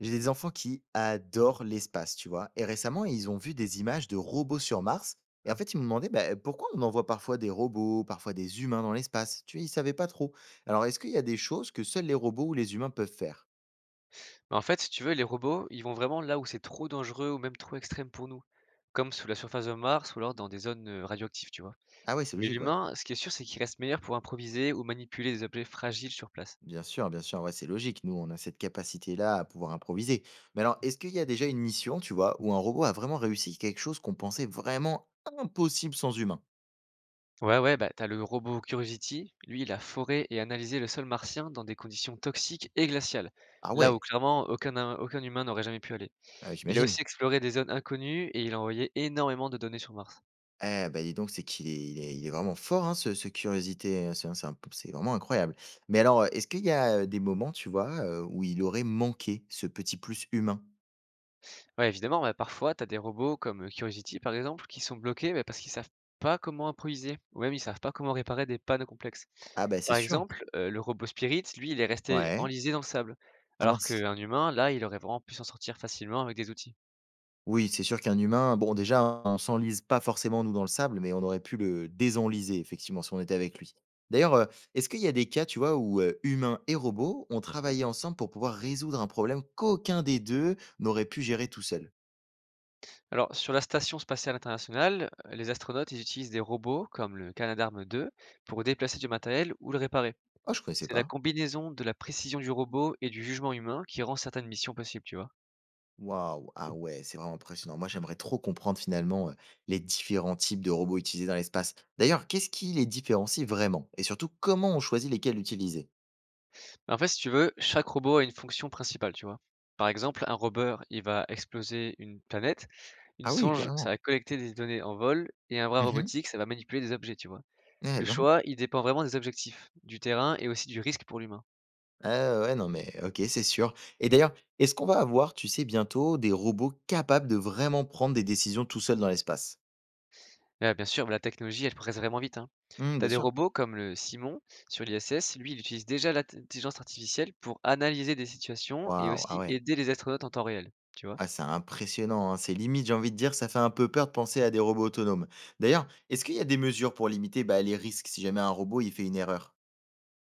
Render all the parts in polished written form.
J'ai des enfants qui adorent l'espace, tu vois. Et récemment, ils ont vu des images de robots sur Mars. Et en fait, ils me demandaient bah, pourquoi on envoie parfois des robots, parfois des humains dans l'espace. Tu vois, ils savaient pas trop. Alors, est-ce qu'il y a des choses que seuls les robots ou les humains peuvent faire? Mais en fait, si tu veux, les robots, ils vont vraiment là où c'est trop dangereux ou même trop extrême pour nous, comme sous la surface de Mars ou alors dans des zones radioactives, tu vois. Ah ouais, c'est Mais logique, ouais. l'humain, ce qui est sûr, c'est qu'il reste meilleur pour improviser ou manipuler des objets fragiles sur place. Bien sûr, ouais, c'est logique. Nous, on a cette capacité-là à pouvoir improviser. Mais alors, est-ce qu'il y a déjà une mission, tu vois, où un robot a vraiment réussi quelque chose qu'on pensait vraiment impossible sans humain? Ouais, ouais, bah t'as le robot Curiosity, lui, il a foré et analysé le sol martien dans des conditions toxiques et glaciales, Ah là où ouais, clairement aucun humain n'aurait jamais pu aller. Il a j'imagine. aussi exploré des zones inconnues et il a envoyé énormément de données sur Mars. Eh bah, dis donc, c'est qu'il est vraiment fort, hein, ce Curiosité, c'est un p c'est vraiment incroyable. Mais alors, est-ce qu'il y a, des moments, tu vois, où il aurait manqué ce petit plus humain? Ouais, évidemment, bah, parfois, tu as des robots comme, Curiosity, par exemple, qui sont bloqués, bah, parce qu'ils savent pas comment improviser ou même ils savent pas comment réparer des pannes complexes. Ah ben c'est Par sûr. exemple, le robot Spirit, lui, il est resté Ouais. enlisé dans le sable, Ah alors mince. qu'un humain, là, il aurait vraiment pu s'en sortir facilement avec des outils. Oui, c'est sûr qu'un humain, bon, déjà, hein, on s'enlise pas forcément, nous, dans le sable, mais on aurait pu le désenliser, effectivement, si on était avec lui. D'ailleurs, est-ce qu'il y a des cas, tu vois, où, humains et robots ont travaillé ensemble pour pouvoir résoudre un problème qu'aucun des 2 n'aurait pu gérer tout seul? Alors sur la Station spatiale internationale, les astronautes, ils utilisent des robots comme le Canadarm 2 pour déplacer du matériel ou le réparer. Ah, je connaissais C'est la pas. combinaison de la précision du robot et du jugement humain qui rend certaines missions possibles, tu vois? Waouh! Ah ouais, c'est vraiment impressionnant. Moi, j'aimerais trop comprendre finalement, les différents types de robots utilisés dans l'espace. D'ailleurs, qu'est-ce qui les différencie vraiment? Et surtout, comment on choisit lesquels utiliser? En fait, si tu veux, chaque robot a une fonction principale, tu vois? Par exemple, un rover, il va exploser une planète, une Ah oui, songe, ça carrément. va collecter des données en vol et un bras Mmh. robotique, ça va manipuler des objets, tu vois? Le Eh ben. choix, il dépend vraiment des objectifs, du terrain et aussi du risque pour l'humain. Ah ouais, non mais OK, c'est sûr. Et d'ailleurs, est-ce qu'on va avoir, tu sais, bientôt des robots capables de vraiment prendre des décisions tout seuls dans l'espace? Ah, bien sûr, la technologie, elle progresse vraiment vite, hein. Mmh, T'as bien des sûr. robots comme le Simon sur l'ISS, lui, il utilise déjà l'intelligence artificielle pour analyser des situations et Waouh! Ah aussi ouais. aider les astronautes en temps réel, tu vois? Ah, c'est impressionnant, hein. C'est limite, j'ai envie de dire, ça fait un peu peur de penser à des robots autonomes. D'ailleurs, est-ce qu'il y a des mesures pour limiter bah, les risques si jamais un robot il fait une erreur?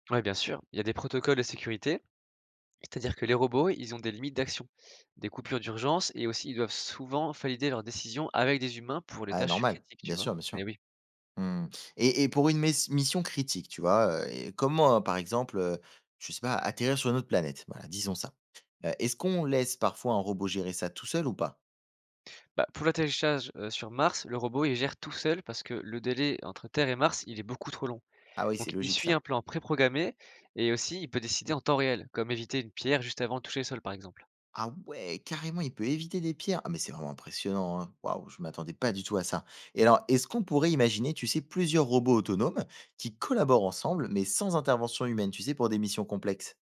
Ouais, bien sûr, il y a des protocoles de sécurité. C'est-à-dire que les robots, ils ont des limites d'action, des coupures d'urgence et aussi ils doivent souvent valider leurs décisions avec des humains pour les Ah, tâches normal, critiques, tu bien vois? sûr, bien Eh sûr. oui. Hmm. Et pour une mission critique, tu vois, et comment, par exemple, je sais pas, atterrir sur une autre planète, voilà, disons ça. Est-ce qu'on laisse parfois un robot gérer ça tout seul ou pas? Bah, pour l'atterrissage, sur Mars, le robot, il gère tout seul parce que le délai entre Terre et Mars, il est beaucoup trop long. Ah oui, Donc c'est il logique suit ça. un plan préprogrammé et aussi il peut décider en temps réel, comme éviter une pierre juste avant de toucher le sol, par exemple. Ah ouais, carrément, il peut éviter des pierres. Ah mais c'est vraiment impressionnant, hein. Waouh, je m'attendais pas du tout à ça. Et alors, est-ce qu'on pourrait imaginer, tu sais, plusieurs robots autonomes qui collaborent ensemble, mais sans intervention humaine, tu sais, pour des missions complexes?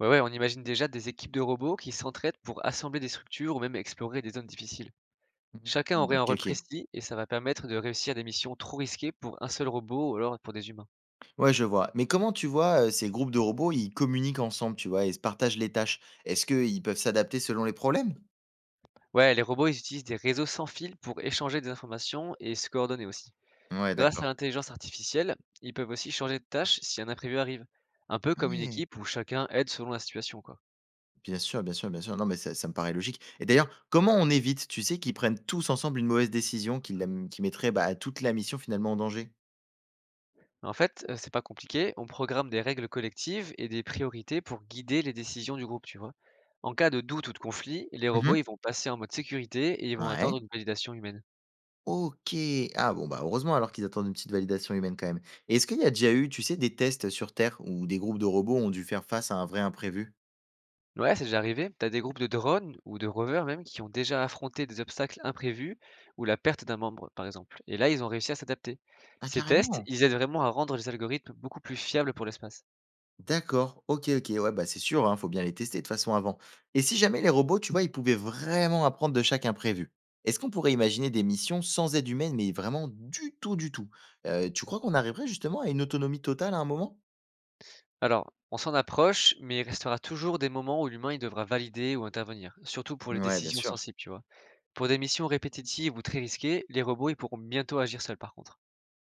Ouais, ouais, on imagine déjà des équipes de robots qui s'entraident pour assembler des structures ou même explorer des zones difficiles. Mhm. Chacun Mm, aurait un Ok, rôle ok. précis et ça va permettre de réussir des missions trop risquées pour un seul robot ou alors pour des humains. Ouais, je vois. Mais comment tu vois ces groupes de robots, ils communiquent ensemble, tu vois, et se partagent les tâches? Est-ce qu'ils peuvent s'adapter selon les problèmes? Ouais, les robots, ils utilisent des réseaux sans fil pour échanger des informations et se coordonner aussi. Ouais, Grâce à d'accord. l'intelligence artificielle, ils peuvent aussi changer de tâche si un imprévu arrive. Un peu Ah comme une ouais. équipe où chacun aide selon la situation, quoi. Bien sûr, bien sûr, bien sûr. Non, mais ça me paraît logique et d'ailleurs, comment on évite, tu sais, qu'ils prennent tous ensemble une mauvaise décision qui mettrait, bah, toute la mission finalement en danger? En fait, c'est pas compliqué, on programme des règles collectives et des priorités pour guider les décisions du groupe, tu vois. En cas de doute ou de conflit, les robots, Mmh. ils vont passer en mode sécurité et ils vont Ouais, attendre une validation humaine. OK. Ah bon, bah, heureusement alors qu'ils attendent une petite validation humaine quand même. Et est-ce qu'il y a déjà eu, tu sais, des tests sur Terre où des groupes de robots ont dû faire face à un vrai imprévu? Ouais, c'est déjà arrivé. T'as des groupes de drones ou de rovers même qui ont déjà affronté des obstacles imprévus ou la perte d'un membre, par exemple. Et là, ils ont réussi à s'adapter. Ah Ces tests, carrément! ils aident vraiment à rendre les algorithmes beaucoup plus fiables pour l'espace. D'accord, OK, OK, ouais, bah, c'est sûr, hein, faut bien les tester de toute façon avant. Et si jamais les robots, tu vois, ils pouvaient vraiment apprendre de chaque imprévu, est-ce qu'on pourrait imaginer des missions sans aide humaine, mais vraiment du tout, du tout? Tu crois qu'on arriverait justement à une autonomie totale à un moment? Alors, on s'en approche, mais il restera toujours des moments où l'humain il devra valider ou intervenir, surtout pour les Ouais, bien décisions sûr. sensibles, tu vois. Pour des missions répétitives ou très risquées, les robots ils pourront bientôt agir seuls par contre.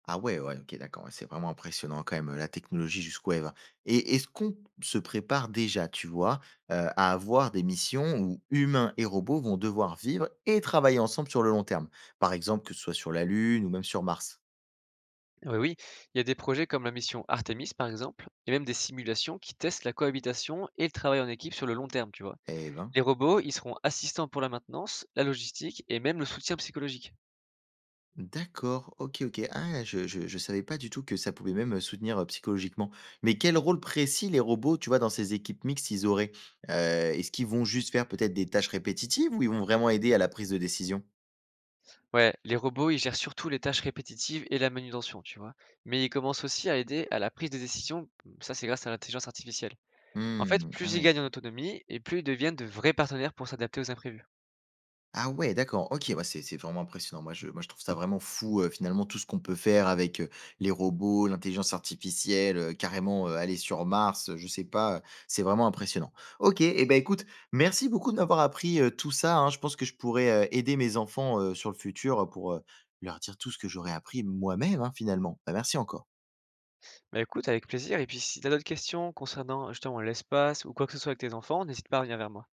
Ah ouais, ouais, OK, d'accord, ouais, c'est vraiment impressionnant quand même, la technologie jusqu'où elle va. Et est-ce qu'on se prépare déjà, tu vois, à avoir des missions où humains et robots vont devoir vivre et travailler ensemble sur le long terme? Par exemple, que ce soit sur la Lune ou même sur Mars? Oui, oui, il y a des projets comme la mission Artemis, par exemple, et même des simulations qui testent la cohabitation et le travail en équipe sur le long terme, tu vois. Eh ben, Les robots, ils seront assistants pour la maintenance, la logistique et même le soutien psychologique. d'accord, OK, OK. Ah, je savais pas du tout que ça pouvait même, soutenir, psychologiquement. Mais quel rôle précis les robots, tu vois, dans ces équipes mixtes, ils auraient? Est-ce qu'ils vont juste faire peut-être des tâches répétitives ou ils vont vraiment aider à la prise de décision? Ouais, les robots, ils gèrent surtout les tâches répétitives et la manutention, tu vois. Mais ils commencent aussi à aider à la prise de décision, mmh, ça c'est grâce à l'intelligence artificielle. En fait, Hmm, ah plus ils ouais. gagnent en autonomie et plus ils deviennent de vrais partenaires pour s'adapter aux imprévus. Ah ouais, d'accord, OK, ouais, c'est vraiment impressionnant. Moi, je trouve ça vraiment fou, finalement, tout ce qu'on peut faire avec, les robots, l'intelligence artificielle, carrément, aller sur Mars, je sais pas, c'est vraiment impressionnant. OK et ben écoute, merci beaucoup de m'avoir appris, tout ça, hein. Je pense que je pourrais, aider mes enfants, sur le futur, pour, leur dire tout ce que j'aurais appris moi-même, hein, finalement. Bah, merci encore. Bah écoute, avec plaisir, et puis si t'as d'autres questions concernant justement l'espace ou quoi que ce soit avec tes enfants, n'hésite pas à venir vers moi.